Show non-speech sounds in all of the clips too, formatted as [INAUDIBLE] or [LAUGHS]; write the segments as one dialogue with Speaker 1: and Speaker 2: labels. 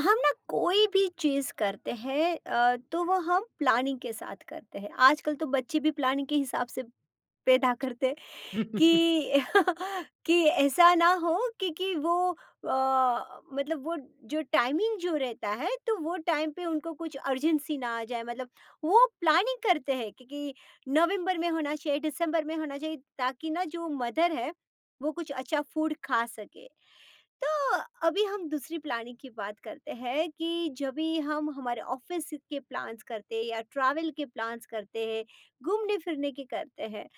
Speaker 1: हम ना कोई भी चीज़ करते हैं तो वो हम प्लानिंग के साथ करते हैं। आजकल तो बच्चे भी प्लानिंग के हिसाब से पैदा करते हैं
Speaker 2: [LAUGHS]
Speaker 1: कि [LAUGHS] कि ऐसा ना हो कि वो मतलब वो जो टाइमिंग जो रहता है तो वो टाइम पे उनको कुछ अर्जेंसी ना आ जाए। मतलब वो प्लानिंग करते हैं कि नवंबर में होना चाहिए, दिसंबर में होना चाहिए ताकि ना जो मदर है, वो कुछ अच्छा फूड खा सके। तो अभी हम दूसरी प्लानिंग की बात करते हैं कि जब भी हम हमारे ऑफिस के प्लान्स करते हैं या ट्रैवल के प्लान्स करते हैं घूमने फिरने के करते हैं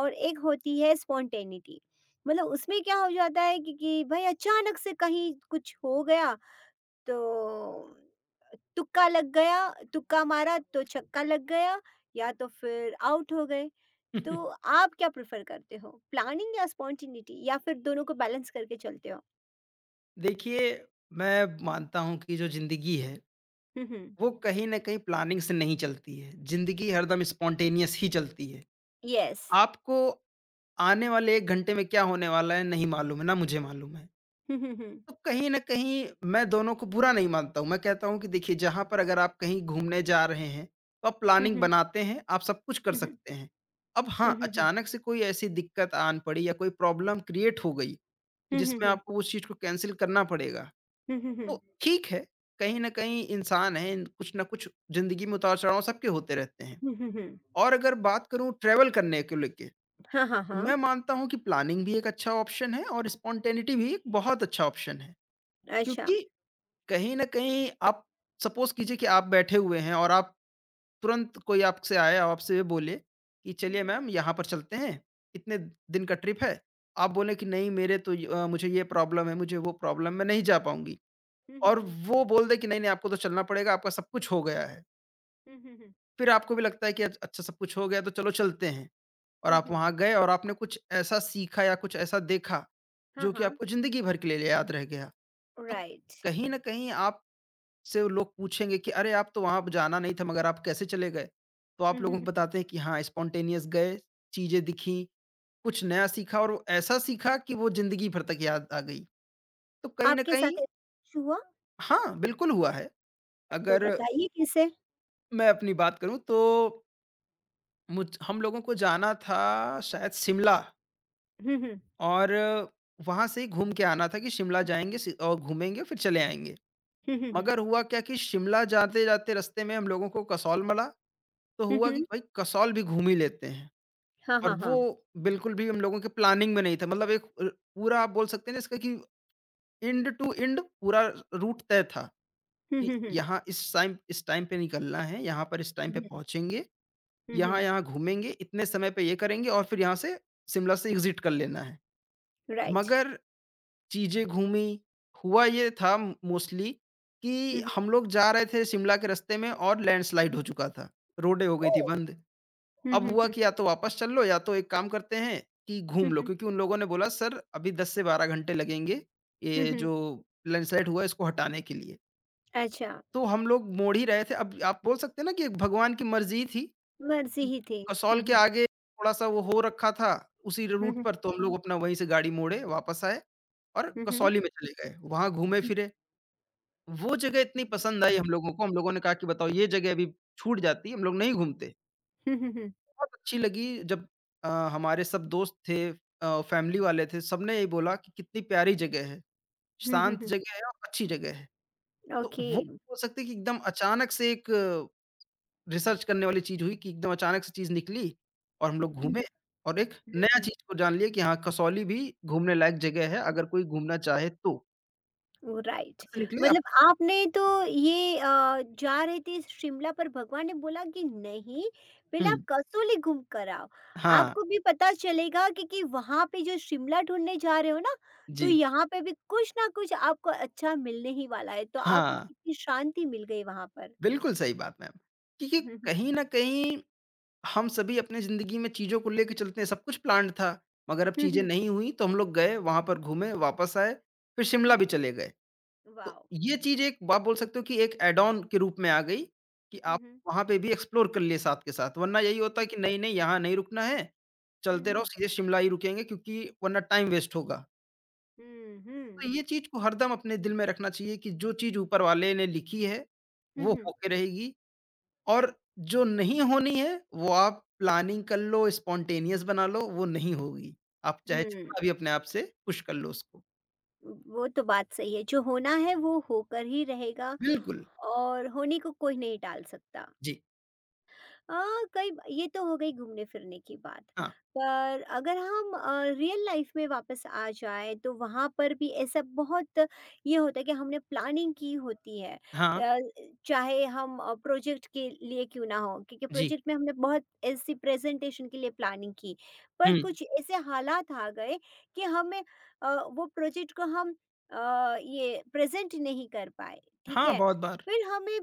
Speaker 1: और एक होती है स्पॉन्टेनिटी। मतलब उसमें क्या हो जाता है कि भाई अचानक से कहीं कुछ हो गया तो तुक्का लग गया। तुक्का मारा तो छक्का लग गया या तो फिर आउट हो गए। तो आप क्या प्रेफर करते हो, प्लानिंग या स्पॉन्टेनिटी या फिर दोनों को बैलेंस करके चलते हो?
Speaker 2: देखिए, मैं मानता हूँ कि जो ज़िंदगी है,
Speaker 1: हम्म।
Speaker 2: वो कहीं न कहीं प्लानिंग से नहीं चलती है। ज़िंदगी हरदम स्पॉन्टेनियस ही चलती है।
Speaker 1: Yes.
Speaker 2: आपको आने वाले 1 घंटे में क्या होने वाला है, नहीं मालूम है, ना मुझे मालूम है। तो
Speaker 1: [LAUGHS]
Speaker 2: कहीं न कहीं मैं दोनों को बुरा नहीं मानता हूँ। मैं कहता हूँ कि देखिए, जहाँ पर अगर आप कहीं घूमने जा रहे हैं, तो आप प्लानिंग बनाते हैं, आप सब कुछ कर सकते हैं। अब हाँ, अचानक से कोई ऐसी दिक्कत आन पड़ी या कोई प्रॉब्लम क्रिएट हो गई कि जिसमें आपको उस चीज़ को कैंसल करना पड़ेगा। तो ठीक है, कहीं न कहीं इंसान हैं, कुछ न कुछ ज़िंदगी में उतार-चढ़ाव सबके होते रहते हैं। और अगर बात करूँ ट्रैवल करने को लेके,
Speaker 1: हाँ, हाँ,
Speaker 2: तो
Speaker 1: हाँ।
Speaker 2: मैं मानता हूँ कि प्लानिंग भी एक अच्छा ऑप्शन है और स्पॉन्टेनिटी भी एक बहुत अच्छा ऑप्शन है।
Speaker 1: अच्छा।
Speaker 2: क्योंकि कहीं न कहीं आप सपोज़ कीजिए कि आप बैठे हुए हैं और आप तुरंत कोई आपसे आया और आपसे ये बोले कि चलिए मैम यहाँ पर चलते हैं, इतने दिन का ट्रिप है। आप बोले कि नहीं मेरे तो मुझे ये प्रॉब्लम है, मुझे वो प्रॉब्लम, मैं नहीं जा पाऊँगी। और वो बोल दे कि नहीं, नहीं आपको तो चलना पड़ेगा, आपका सब कुछ हो गया है। फिर आपको भी लगता है कि अच अच्छा सब कुछ हो गया तो चलो चलते हैं और आप वहाँ गए और आपने कुछ ऐसा सीखा या कुछ ऐसा देखा,
Speaker 1: हाँ,
Speaker 2: जो कि
Speaker 1: हाँ।
Speaker 2: आपको ज़िंदगी भर के लिए याद रह गया। तो
Speaker 1: राइट।
Speaker 2: कहीं न कहीं आपसे लोग पूछेंगे कि अरे! आप तो वहाँ जाना नहीं था मगर आप कैसे चले गए? तो आप लोगों को बताते हैं कि हाँ, स्पॉन्टेनियस गए, चीज़ें दिखीं, कुछ नया सीखा और वो ऐसा सीखा कि वो ज़िंदगी भर तक याद आ गई। तो कहीं न
Speaker 1: आपके
Speaker 2: कहीं
Speaker 1: साथ ऐसा कुछ हुआ?
Speaker 2: हाँ, बिल्कुल हुआ है।
Speaker 1: तो
Speaker 2: अगर
Speaker 1: बताइए कैसे?
Speaker 2: मैं अपनी बात करूँ तो मुझ हम लोगों को जाना था शायद शिमला और वहाँ से ही घूम के आना था कि शिमला जाएँगे सि और घूमेंगे फिर चले आएँगे। मगर हुआ क्या कि शिमला जाते-जाते रास्ते में हम लोगों को कसौल मिला, तो हुआ कि भाई कसौल भी घूम ही लेते हैं
Speaker 1: हाँ,
Speaker 2: और
Speaker 1: हाँ, हाँ।
Speaker 2: वो बिल्कुल भी हम लोगों के प्लानिंग में नहीं था। मतलब पूरा आप बोल सकते हैं ना इसका कि एंड टू एंड पूरा रूट तय था कि यहाँ इस टाइम पे निकलना है, यहाँ पर इस टाइम पे पहुँचेंगे यहाँ-यहाँ घूमेंगे, इतने समय पे ये करेंगे और फिर यहाँ से शिमला से एग्ज़िट कर लेना है।
Speaker 1: राइट।
Speaker 2: मगर चीज़ें घूमी, हुआ ये था मोस्टली कि हम लोग जा रहे थे शिमला के रास्ते में और लैंडस्लाइड हो चुका था, रोडें हो गई थी
Speaker 1: ओह!
Speaker 2: बंद। अब हुआ कि या तो वापस चल लो या तो एक काम करते हैं कि घूम लो क्योंकि उन लोगों ने बोला सर अभी 10 से 12 घंटे लगेंगे, ये जो लैंडस्लाइड हुआ है इसको हटाने के लिए।
Speaker 1: अच्छा,
Speaker 2: तो हम लोग मोड़ ही रहे थे। अब आप बोल सकते हैं ना कि एक भगवान की मर्ज़ी ही थी।
Speaker 1: मर्ज़ी
Speaker 2: कि
Speaker 1: ही थी।
Speaker 2: कसौल के आगे थोड़ा-सा वो हो रखा था, उसी रूट पर तो हम हुँ। लोग अपना वहीं से गाड़ी मोड़े, वापस आए और कसौली में चले गए। वहाँ घूमे-फिरे, वो जगह इतनी पसंद आई हम लोगों को, हम लोगों ने कहा कि बताओ ये जगह अभी छूट जाती, हम लोग नहीं घूमते। बहुत अच्छी लगी जब हमारे सब दोस्त थे फैमिली वाले थे, सबने यही बोला कि कितनी प्यारी जगह है, शांत जगह है और अच्छी जगह है। तो
Speaker 1: ओके।
Speaker 2: वो हो सकता है कि एकदम अचानक से एक रिसर्च करने वाली चीज़ हुई कि एकदम अचानक से चीज़ निकली और हम लोग हुँ।
Speaker 1: हुँ,
Speaker 2: घूमे और एक नया
Speaker 1: हुँ,
Speaker 2: चीज़ को जान लिए कि हाँ, कसौली भी घूमने लायक जगह है अगर कोई घूमना चाहे तो।
Speaker 1: हुँ, राइट।
Speaker 2: वहाँ से निकले अब।
Speaker 1: मतलब आपने तो ये जा रहे थे शिमला पर भगवान ने बोला कि नहीं, पहले
Speaker 2: हुँ,
Speaker 1: आप कसौली घूम कर आओ।
Speaker 2: हाँ,
Speaker 1: आपको भी पता चलेगा कि वहाँ पे जो शिमला ढूँढने जा रहे हो ना, तो
Speaker 2: जी,
Speaker 1: यहाँ पे भी कुछ ना कुछ आपको अच्छा मिलने ही वाला है। तो आपको
Speaker 2: हाँ,
Speaker 1: कितनी शांति मिल गई वहाँ पर।
Speaker 2: बिल्कुल सही बात मैम। क्योंकि
Speaker 1: हुँ, हुँ,
Speaker 2: कहीं न कहीं हम सभी अपनी ज़िंदगी में चीज़ों को लेके चलते हैं, सब कुछ प्लान्ड था, मगर अब
Speaker 1: हुँ,
Speaker 2: चीज़ें
Speaker 1: हुँ,
Speaker 2: नहीं हुई तो हम लोग गए, वहाँ पर घूमे, वापस आए, फिर शिमला
Speaker 1: हुँ,
Speaker 2: भी
Speaker 1: हुँ,
Speaker 2: चले गए। तो
Speaker 1: वाओ!
Speaker 2: ये चीज़ एक आप बोल सकते हो कि एक ऐड ऑन के रूप में आ गई, कि
Speaker 1: हुँ,
Speaker 2: आप
Speaker 1: हुँ,
Speaker 2: वहाँ पे भी एक्सप्लोर कर लिए साथ के साथ, वरना यही होता
Speaker 1: हुँ,
Speaker 2: है कि नहीं-नहीं यहाँ नहीं रुकना है, चलते रहो
Speaker 1: हुँ,
Speaker 2: सीधे शिमला ही रुकेंगे क्योंकि वरना टाइम वेस्ट होगा।
Speaker 1: हुँ, हुँ,
Speaker 2: तो ये चीज़ को हरदम अपने दिल में रखना चाहिए कि जो चीज़ ऊपर वाले ने लिखी है,
Speaker 1: हुँ,
Speaker 2: वो
Speaker 1: हुँ,
Speaker 2: होके रहेगी और जो नहीं होनी है, वो आप प्लानिंग कर लो, स्पॉन्टेनियस बना लो, वो नहीं होगी। आप चाहे
Speaker 1: हुँ।
Speaker 2: जितना भी अपने आप से पुश कर लो उसको।
Speaker 1: वो तो बात सही है, जो होना है वो होकर ही रहेगा
Speaker 2: बिल्कुल।
Speaker 1: और होने को कोई नहीं टाल सकता।
Speaker 2: जी।
Speaker 1: अ, कई ये तो हो गई घूमने-फिरने की बात।
Speaker 2: हाँ।
Speaker 1: पर अगर हम रियल लाइफ़ में वापस आ जाएँ तो वहाँ पर भी ऐसा बहुत ये होता है कि हमने प्लानिंग की होती है।
Speaker 2: हाँ।
Speaker 1: चाहे हम प्रोजेक्ट के लिए क्यों ना हो क्योंकि
Speaker 2: जी।
Speaker 1: प्रोजेक्ट में हमने बहुत ऐसी प्रेज़ेंटेशन के लिए प्लानिंग की। पर
Speaker 2: हुँ।
Speaker 1: कुछ ऐसे हालात आ गए कि हमें वो प्रोजेक्ट को हम ये प्रेज़ेंट नहीं कर पाए, ठीक
Speaker 2: हाँ,
Speaker 1: है?
Speaker 2: बहुत बार,
Speaker 1: फिर हमें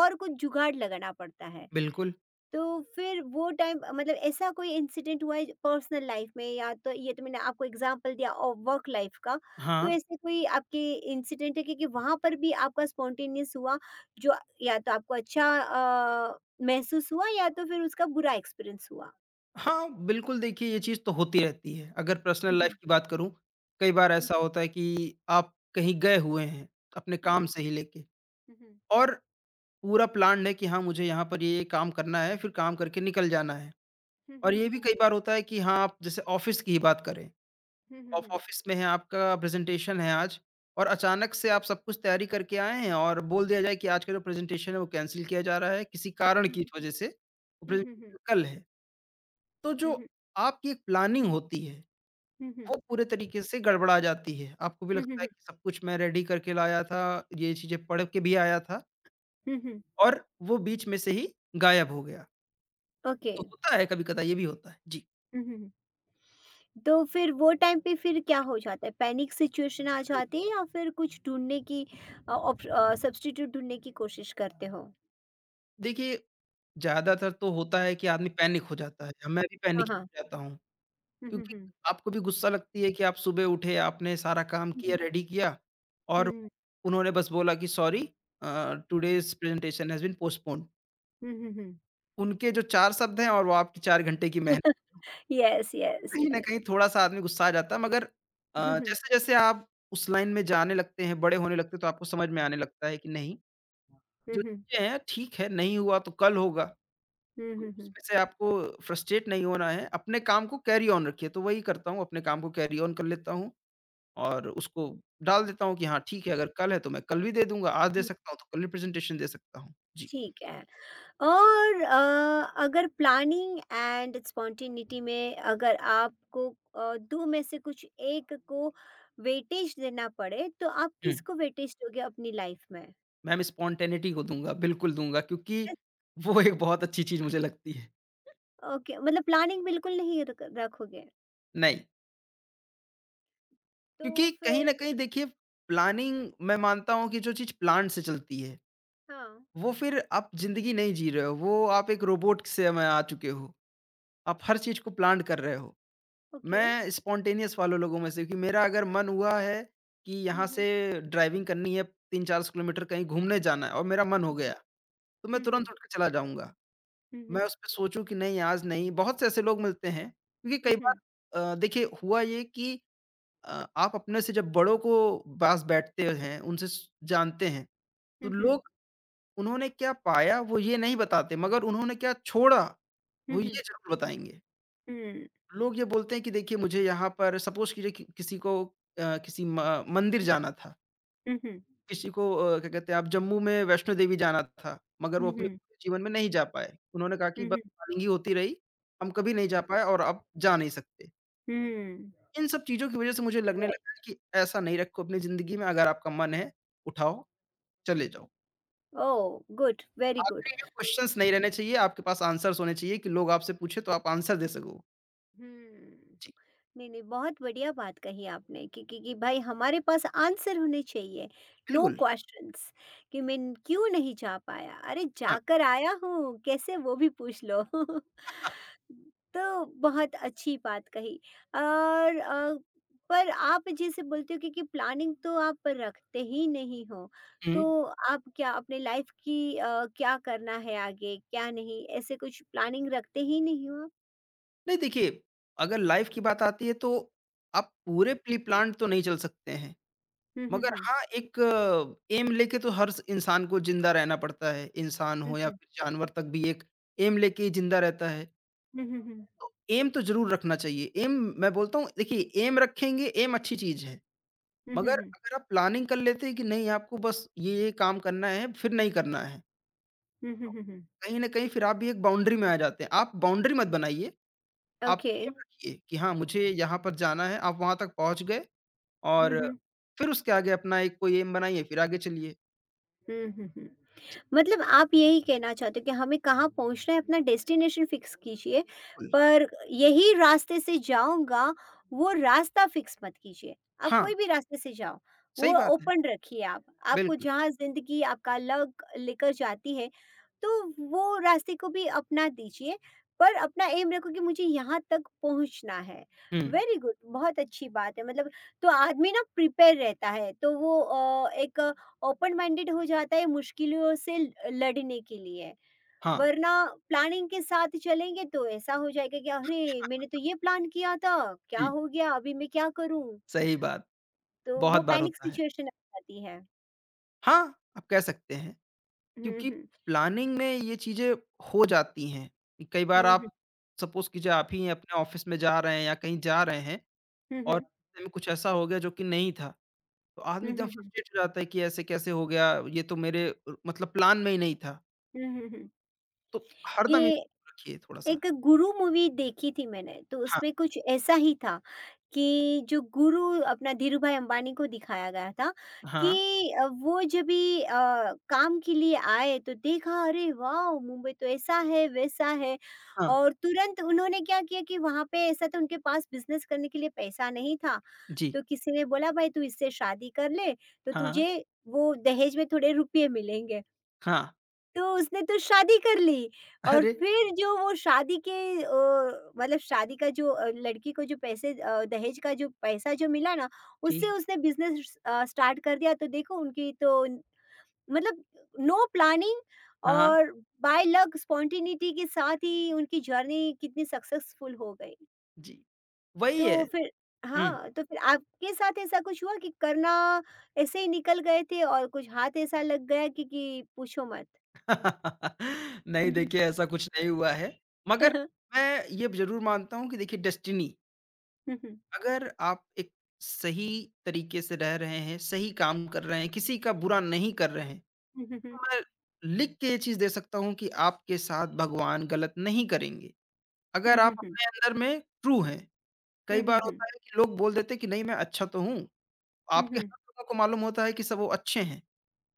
Speaker 1: और कुछ जुगाड़ लगाना पड़ता है।
Speaker 2: बिल्कुल।
Speaker 1: तो फिर वो टाइम मतलब ऐसा कोई इंसिडेंट हुआ है पर्सनल लाइफ में या तो ये तो मैंने आपको एग्जांपल दिया और वर्क लाइफ का तो
Speaker 2: हाँ,
Speaker 1: ऐसे कोई आपके इंसिडेंट है क्योंकि वहां पर भी आपका स्पॉन्टेनियस हुआ जो या तो आपको अच्छा महसूस हुआ या तो फिर उसका बुरा एक्सपीरियंस हुआ?
Speaker 2: हाँ, बिल्कुल देखिए ये चीज़ तो होती रहती है। अगर पर्सनल
Speaker 1: हम्म,
Speaker 2: लाइफ़
Speaker 1: हम्म,
Speaker 2: की बात करूँ, कई बार ऐसा होता है कि आप कहीं गए हुए हैं, अपने काम
Speaker 1: हम्म,
Speaker 2: से ही लेके
Speaker 1: हम्म,
Speaker 2: और पूरा प्लान्ड है कि हाँ, मुझे यहाँ पर ये-ये काम करना है, फिर काम करके निकल जाना है।
Speaker 1: हम्म,
Speaker 2: और ये
Speaker 1: हम्म,
Speaker 2: भी कई बार होता है कि हाँ, आप जैसे ऑफ़िस की ही बात करें,
Speaker 1: हम्म, हम्म,
Speaker 2: आप
Speaker 1: हम्म,
Speaker 2: ऑफ़िस में हैं, आपका प्रेज़ेंटेशन है आज और अचानक से आप सब कुछ तैयारी करके आए हैं और बोल दिया जाए कि आज का जो प्रेज़ेंटेशन है, वो कैंसल किया जा रहा है, किसी कारण की वजह से, वो
Speaker 1: हम्म, हम्म, हम्म,
Speaker 2: प्रेज़ेंटेशन कल है। तो जो आपकी एक प्लानिंग होती है,
Speaker 1: हम्म,
Speaker 2: वो पूरे तरीके से गड़बड़ा जाती है। आपको भी लगता है
Speaker 1: हम्म,
Speaker 2: कि सब कुछ मैं रेडी करके लाया था, ये चीज़ें पढ़ के भी आया था
Speaker 1: हम्म, हम्म,
Speaker 2: और वो बीच में से ही गायब हो गया।
Speaker 1: ओके।
Speaker 2: तो होता है कभी-कदा ये भी होता है। जी।
Speaker 1: तो फिर वो टाइम पे फिर क्या हो जाता है? पैनिक सिचुएशन आ जाती है या फिर कुछ ढूँढने की सब्स्टिट्यूट ढूँढने की कोशिश करते हो?
Speaker 2: देखिए, ज़्यादातर तो होता है कि आदमी पैनिक हो जाता है। मैं भी पैनिक
Speaker 1: हाँ, हाँ।
Speaker 2: हो जाता हूँ
Speaker 1: हुँ, हुँ,
Speaker 2: क्योंकि
Speaker 1: हुँ।
Speaker 2: आपको भी गुस्सा लगती है कि आप सुबह उठे, आपने सारा काम
Speaker 1: हुँ,
Speaker 2: किया,
Speaker 1: हुँ।
Speaker 2: रेडी किया
Speaker 1: हुँ,
Speaker 2: और
Speaker 1: हुँ।
Speaker 2: उन्होंने बस बोला कि sorry, today's presentation has been postponed.
Speaker 1: हुँ, हुँ, हुँ।
Speaker 2: उनके जो 4 शब्द हैं और वो आपकी 4 घंटे की मेहनत है,
Speaker 1: यस, यस,
Speaker 2: कहीं न
Speaker 1: यस।
Speaker 2: कहीं थोड़ा-सा आदमी गुस्सा आ जाता है मगर
Speaker 1: हुँ, हुँ।
Speaker 2: जैसे-जैसे आप उस लाइन में जाने लगते हैं, बड़े होने लगते हैं, तो आपको समझ में आने लगता है कि नहीं,
Speaker 1: हुँ,
Speaker 2: जो
Speaker 1: हुँ।
Speaker 2: चीज़ें हैं ठीक है, नहीं हुआ तो कल होगा। तो
Speaker 1: हुँ, हुँ, हुँ।
Speaker 2: उसमें से आपको फ्रस्ट्रेट नहीं होना है, अपने काम को कैरी ऑन रखिए, तो वही करता हूँ, अपने काम को कैरी ऑन कर लेता हूँ और उसको डाल देता हूँ कि हाँ ठीक है, अगर कल है तो मैं कल भी दे दूँगा, आज दे
Speaker 1: हुँ।
Speaker 2: सकता हूँ तो कल भी प्रेज़ेंटेशन दे सकता हूँ। जी।
Speaker 1: ठीक है। और अगर प्लानिंग एंड स्पॉन्टेनिटी में अगर आपको 2 में से कुछ एक को वेटेज देना पड़े, तो आप किसको वेटेज दोगे अपनी लाइफ़ में?
Speaker 2: मैम स्पॉन्टेनिटी को दूँगा, बिल्कुल दूँगा क्योंकि वो एक बहुत अच्छी चीज़ मुझे लगती है।
Speaker 1: ओके, मतलब प्लानिंग बिल्कुल नहीं रख रखोगे।
Speaker 2: नहीं,
Speaker 1: तो
Speaker 2: क्योंकि कहीं न
Speaker 1: फिर
Speaker 2: कहीं देखिए प्लानिंग मैं मानता हूँ कि जो चीज़ प्लान से चलती है,
Speaker 1: हाँ,
Speaker 2: वो फिर आप ज़िंदगी नहीं जी रहे हो, वो आप एक रोबोट से में आ चुके हो। आप हर चीज़ को प्लान कर रहे हो।
Speaker 1: ओके।
Speaker 2: मैं स्पॉन्टेनियस वाले लोगों में से कि मेरा अगर मन हुआ है कि यहाँ
Speaker 1: हुँ,
Speaker 2: से
Speaker 1: हुँ।
Speaker 2: ड्राइविंग करनी है 3-4 किलोमीटर कहीं घूमने जाना है और मेरा मन हो गया, तो मैं
Speaker 1: हुँ,
Speaker 2: तुरंत
Speaker 1: हुँ।
Speaker 2: उठ के चला जाऊँगा।
Speaker 1: हुँ,
Speaker 2: मैं
Speaker 1: हुँ।
Speaker 2: उसपे सोचूँ कि नहीं आज नहीं, बहुत से ऐसे लोग मिलते हैं, क्योंकि
Speaker 1: हुँ,
Speaker 2: कई बार
Speaker 1: हुँ।
Speaker 2: देखिए हुआ ये कि आप अपने से जब बड़ों को पास बैठते हैं, उनसे स जानते हैं, तो
Speaker 1: हुँ, हुँ।
Speaker 2: लोग उन्होंने क्या पाया वो ये नहीं बताते, मगर उन्होंने क्या छोड़ा,
Speaker 1: हुँ,
Speaker 2: वो ये
Speaker 1: हुँ।
Speaker 2: ज़रूर बताएँगे।
Speaker 1: हुँ।
Speaker 2: लोग ये बोलते हैं कि देखिए मुझे यहाँ पर सपोज़ कीजिए कि किसी को अ, किसी म मंदिर जाना था,
Speaker 1: हुँ, हुँ।
Speaker 2: किसी को क्या कहते हैं आप जम्मू में वैष्णो देवी जाना था, मगर
Speaker 1: हुँ,
Speaker 2: वो अपने
Speaker 1: हुँ।
Speaker 2: पूरे जीवन में नहीं जा पाए। उन्होंने कहा कि
Speaker 1: हुँ,
Speaker 2: बस
Speaker 1: हुँ।
Speaker 2: प्लानिंग ही होती रही, हम कभी नहीं जा पाए और अब जा नहीं सकते।
Speaker 1: हुँ।
Speaker 2: इन सब चीज़ों की वज़ह से मुझे लगने लगा है
Speaker 1: राइट।
Speaker 2: कि ऐसा नहीं रखो अपनी ज़िंदगी में, अगर आपका मन है, उठाओ, चले जाओ।
Speaker 1: ओह! Good, very good.
Speaker 2: आखिरी में क्वेश्चन्स नहीं रहने चाहिए, आपके पास आंसर्स होने चाहिए कि लोग आपसे पूछे तो आप आंसर दे सको।
Speaker 1: हुँ।
Speaker 2: जी,
Speaker 1: नहीं, नहीं, बहुत बढ़िया बात कही आपने कि भाई हमारे पास आंसर होने चाहिए, नो
Speaker 2: बिल्कुल।
Speaker 1: क्वेश्चन्स, कि मैं क्यों नहीं जा पाया? अरे
Speaker 2: हाँ,
Speaker 1: जाकर आया हूँ, कैसे वो भी पूछ लो। [LAUGHS]
Speaker 2: [LAUGHS]
Speaker 1: तो बहुत अच्छी बात कही। और पर आप जैसे बोलते हो कि प्लानिंग तो आप रखते ही नहीं हो,
Speaker 2: हुँ।
Speaker 1: तो आप क्या अपने लाइफ की क्या करना है आगे क्या नहीं ऐसे कुछ प्लानिंग रखते ही नहीं हो आप?
Speaker 2: नहीं देखिए, अगर लाइफ़ की बात आती है तो आप पूरे प्री-प्लान्ड तो नहीं चल सकते हैं।
Speaker 1: हम्म,
Speaker 2: मगर
Speaker 1: हम्म,
Speaker 2: हाँ, एक एम लेके तो हर स इंसान को ज़िंदा रहना पड़ता है, इंसान हो या
Speaker 1: हम्म,
Speaker 2: फिर जानवर तक भी एक एम लेके ही ज़िंदा रहता है।
Speaker 1: हम्म, हम्म,
Speaker 2: तो एम तो ज़रूर रखना चाहिए, एम मैं बोलता हूँ देखिए एम रखेंगे, एम अच्छी चीज़ है,
Speaker 1: हम्म, हम्म,
Speaker 2: मगर
Speaker 1: हम्म,
Speaker 2: अगर आप प्लानिंग कर लेते हैं कि नहीं आपको बस ये-ये काम करना है, फिर नहीं करना है,
Speaker 1: हम्म, हम्म,
Speaker 2: तो
Speaker 1: हम्म, हम्म,
Speaker 2: कहीं न कहीं फिर आप भी एक बाउंड्री में आ जाते हैं। आप बाउंड्री मत बनाइए, आप
Speaker 1: ओके।
Speaker 2: एम रखिए कि हाँ, मुझे यहाँ पर जाना है, आप वहाँ तक पहुँच गए
Speaker 1: हम्म,
Speaker 2: और
Speaker 1: हम्म,
Speaker 2: फिर उसके आगे अपना एक कोई एम बनाइए, फिर आगे चलिए।
Speaker 1: हम्म।
Speaker 2: जी,
Speaker 1: मतलब आप यही कहना चाहते हो कि हमें कहाँ पहुँचना है अपना डेस्टिनेशन फिक्स कीजिए,
Speaker 2: बिल्कुल।
Speaker 1: पर यही रास्ते से जाऊँगा वो रास्ता फिक्स मत कीजिए। आप
Speaker 2: हाँ,
Speaker 1: कोई भी रास्ते से जाओ, वो
Speaker 2: सही बात है।
Speaker 1: ओपन रखिए आप। आपको
Speaker 2: बिल्कुल।
Speaker 1: जहाँ ज़िंदगी आपका लक लेकर जाती है, तो वो रास्ते को भी अपना दीजिए, पर अपना एम रखो कि मुझे यहाँ तक पहुँचना है।
Speaker 2: हुँ,
Speaker 1: वेरी गुड, बहुत अच्छी बात है। मतलब तो आदमी ना प्रिपेयर रहता है तो वो एक ओपन माइंडेड हो जाता है मुश्किलों से लड़ने के लिए,
Speaker 2: हाँ,
Speaker 1: वरना प्लानिंग के साथ चलेंगे तो ऐसा हो जाएगा कि अरे मैंने तो ये प्लान किया था, क्या
Speaker 2: जी,
Speaker 1: हो गया अभी मैं क्या करूं।
Speaker 2: सही बात,
Speaker 1: तो
Speaker 2: बहुत
Speaker 1: वो
Speaker 2: बार
Speaker 1: पैनिक
Speaker 2: होता है।
Speaker 1: सिचुएशन आ जाती है।
Speaker 2: हाँ, आप कह सकते हैं
Speaker 1: हम्म,
Speaker 2: क्योंकि
Speaker 1: हम्म,
Speaker 2: प्लानिंग में ये चीज़ें हो जाती हैं। कि कई बार
Speaker 1: हम्म,
Speaker 2: आप सपोज़ कीजिए आप ही अपने ऑफ़िस में जा रहे हैं या कहीं जा रहे हैं
Speaker 1: हम्म, हम्म,
Speaker 2: और रास्ते में कुछ ऐसा हो गया जो कि नहीं था, तो आदमी
Speaker 1: हम्म,
Speaker 2: एकदम
Speaker 1: हम्म, हम्म,
Speaker 2: फ्रस्ट्रेट हो जाता है कि ऐसे कैसे हो गया? ये तो मेरे मतलब प्लान में ही नहीं था।
Speaker 1: हम्म,
Speaker 2: तो हरदम ये
Speaker 1: ये
Speaker 2: चीज़ रखिए थोड़ा-सा।
Speaker 1: एक गुरु मूवी देखी थी मैंने, तो
Speaker 2: हाँ,
Speaker 1: उसमें कुछ ऐसा ही था कि जो गुरु अपना धीरू भाई अंबानी को दिखाया गया था कि
Speaker 2: हाँ,
Speaker 1: वो जब भी काम के लिए आए तो देखा अरे वाह! मुंबई तो ऐसा है, वैसा है।
Speaker 2: हाँ,
Speaker 1: और तुरंत उन्होंने क्या किया कि वहाँ पे ऐसा तो उनके पास बिज़नेस करने के लिए पैसा नहीं था।
Speaker 2: जी,
Speaker 1: तो किसी ने बोला भाई तू इससे शादी कर ले, तो
Speaker 2: हाँ,
Speaker 1: तुझे वो दहेज में थोड़े रुपए मिलेंगे।
Speaker 2: हाँ।
Speaker 1: तो उसने तो शादी कर ली और
Speaker 2: अरे!
Speaker 1: फिर जो वो मतलब शादी का जो लड़की को जो पैसे दहेज का जो पैसा जो मिला ना उससे
Speaker 2: ठीक
Speaker 1: उसने बिजनेस स्टार्ट कर दिया। तो देखो उनकी तो मतलब नो प्लानिंग
Speaker 2: हाँ।
Speaker 1: और बाय लक स्पॉन्टेनिटी के साथ ही उनकी जर्नी कितनी सक्सेसफुल हो गई।
Speaker 2: जी, वही है।
Speaker 1: तो फिर
Speaker 2: हुँ।
Speaker 1: हाँ तो फिर आपके साथ ऐसा कुछ हुआ कि करना ऐसे ही निकल गए थे और कुछ हाथ ऐसा लग गया कि पूछो मत।
Speaker 2: [LAUGHS] नहीं देखिए ऐसा कुछ नहीं हुआ है, मगर
Speaker 1: [LAUGHS]
Speaker 2: मैं ये ज़रूर मानता हूँ कि देखिए डेस्टिनी
Speaker 1: हम्म,
Speaker 2: अगर आप एक सही तरीके से रह रहे हैं, सही काम कर रहे हैं, किसी का बुरा नहीं कर रहे हैं,
Speaker 1: हुँ, हुँ, हुँ।
Speaker 2: तो मैं लिख के ये चीज़ दे सकता हूँ कि आपके साथ भगवान गलत नहीं करेंगे।
Speaker 1: हुँ,
Speaker 2: अगर आप
Speaker 1: हुँ, हुँ।
Speaker 2: अपने अंदर में ट्रू हैं,
Speaker 1: हुँ,
Speaker 2: कई
Speaker 1: हुँ,
Speaker 2: बार
Speaker 1: हुँ।
Speaker 2: होता है कि लोग बोल देते हैं कि नहीं मैं अच्छा तो हूँ,
Speaker 1: हुँ,
Speaker 2: आपके
Speaker 1: हुँ।
Speaker 2: हर लोगों को मालूम होता है कि सब वो अच्छे हैं।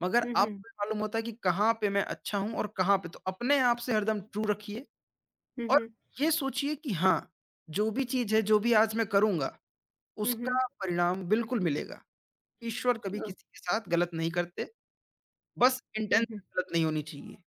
Speaker 2: मगर
Speaker 1: हुँ, हुँ।
Speaker 2: आपको ये मालूम होता है कि कहाँ पे मैं अच्छा हूँ और कहाँ पे तो अपने आप से हरदम ट्रू रखिए
Speaker 1: हुँ,
Speaker 2: और
Speaker 1: हुँ।
Speaker 2: ये सोचिए कि हाँ, जो भी चीज़ है, जो भी आज मैं करूँगा,
Speaker 1: हुँ, हुँ।
Speaker 2: उसका परिणाम बिल्कुल मिलेगा। ईश्वर कभी
Speaker 1: ओह!
Speaker 2: किसी के साथ गलत नहीं करते, बस
Speaker 1: हुँ,
Speaker 2: इंटेंशन
Speaker 1: हुँ।
Speaker 2: गलत नहीं होनी चाहिए।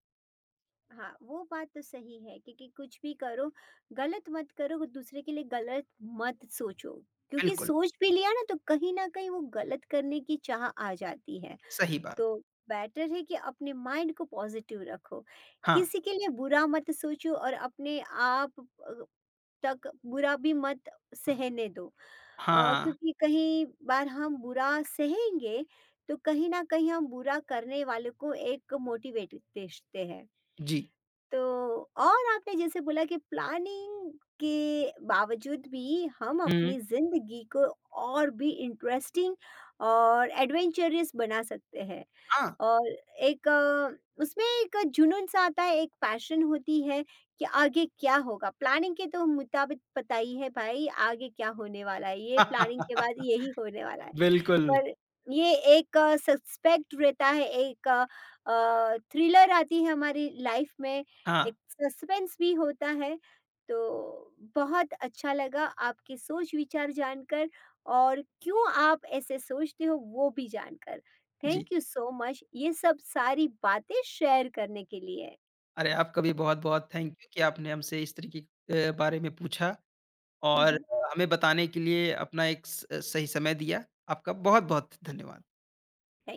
Speaker 1: हाँ, वो बात तो सही है क्योंकि कुछ भी करो, गलत मत करो, दूसरे के लिए गलत मत सोचो। क्योंकि
Speaker 2: बिल्कुल,
Speaker 1: सोच भी लिया ना तो कहीं न कहीं वो गलत करने की चाह आ जाती है।
Speaker 2: सही बात।
Speaker 1: तो बेटर है कि अपने माइंड को पॉज़िटिव रखो।
Speaker 2: हाँ,
Speaker 1: किसी के लिए बुरा मत सोचो और अपने आप अ तक बुरा भी मत सहने दो।
Speaker 2: हाँ,
Speaker 1: क्योंकि कहीं बार हम बुरा सहेंगे तो कहीं ना कहीं हम बुरा करने वाले को एक मोटिवेट देते हैं।
Speaker 2: जी।
Speaker 1: तो और आपने जैसे बोला कि प्लानिंग के बावजूद भी हम
Speaker 2: हुँ,
Speaker 1: अपनी जिंदगी को और भी इंटरेस्टिंग और एडवेंचरस बना सकते हैं।
Speaker 2: हाँ।
Speaker 1: और एक उसमें एक जुनून सा आता है, एक पैशन होती है कि आगे क्या होगा? प्लानिंग के तो मुताबिक पता ही है भाई आगे क्या होने वाला है, ये प्लानिंग के बाद
Speaker 2: [LAUGHS]
Speaker 1: यही होने वाला है।
Speaker 2: बिल्कुल,
Speaker 1: पर ये एक सस्पेक्ट रहता है, एक थ्रिलर आती है हमारी लाइफ में,
Speaker 2: हाँ,
Speaker 1: एक सस्पेंस भी होता है। तो बहुत अच्छा लगा आपके सोच-विचार जानकर और क्यों आप ऐसे सोचते हो, वो भी जानकर।
Speaker 2: जी।
Speaker 1: थैंक यू सो मच ये सब सारी बातें शेयर करने के लिए।
Speaker 2: अरे, आपका भी बहुत-बहुत थैंक यू कि आपने हमसे इस तरीके के बारे में पूछा। और
Speaker 1: [LAUGHS]
Speaker 2: हमें बताने के लिए अपना एक स सही समय दिया। आपका बहुत-बहुत धन्यवाद।
Speaker 1: थैंक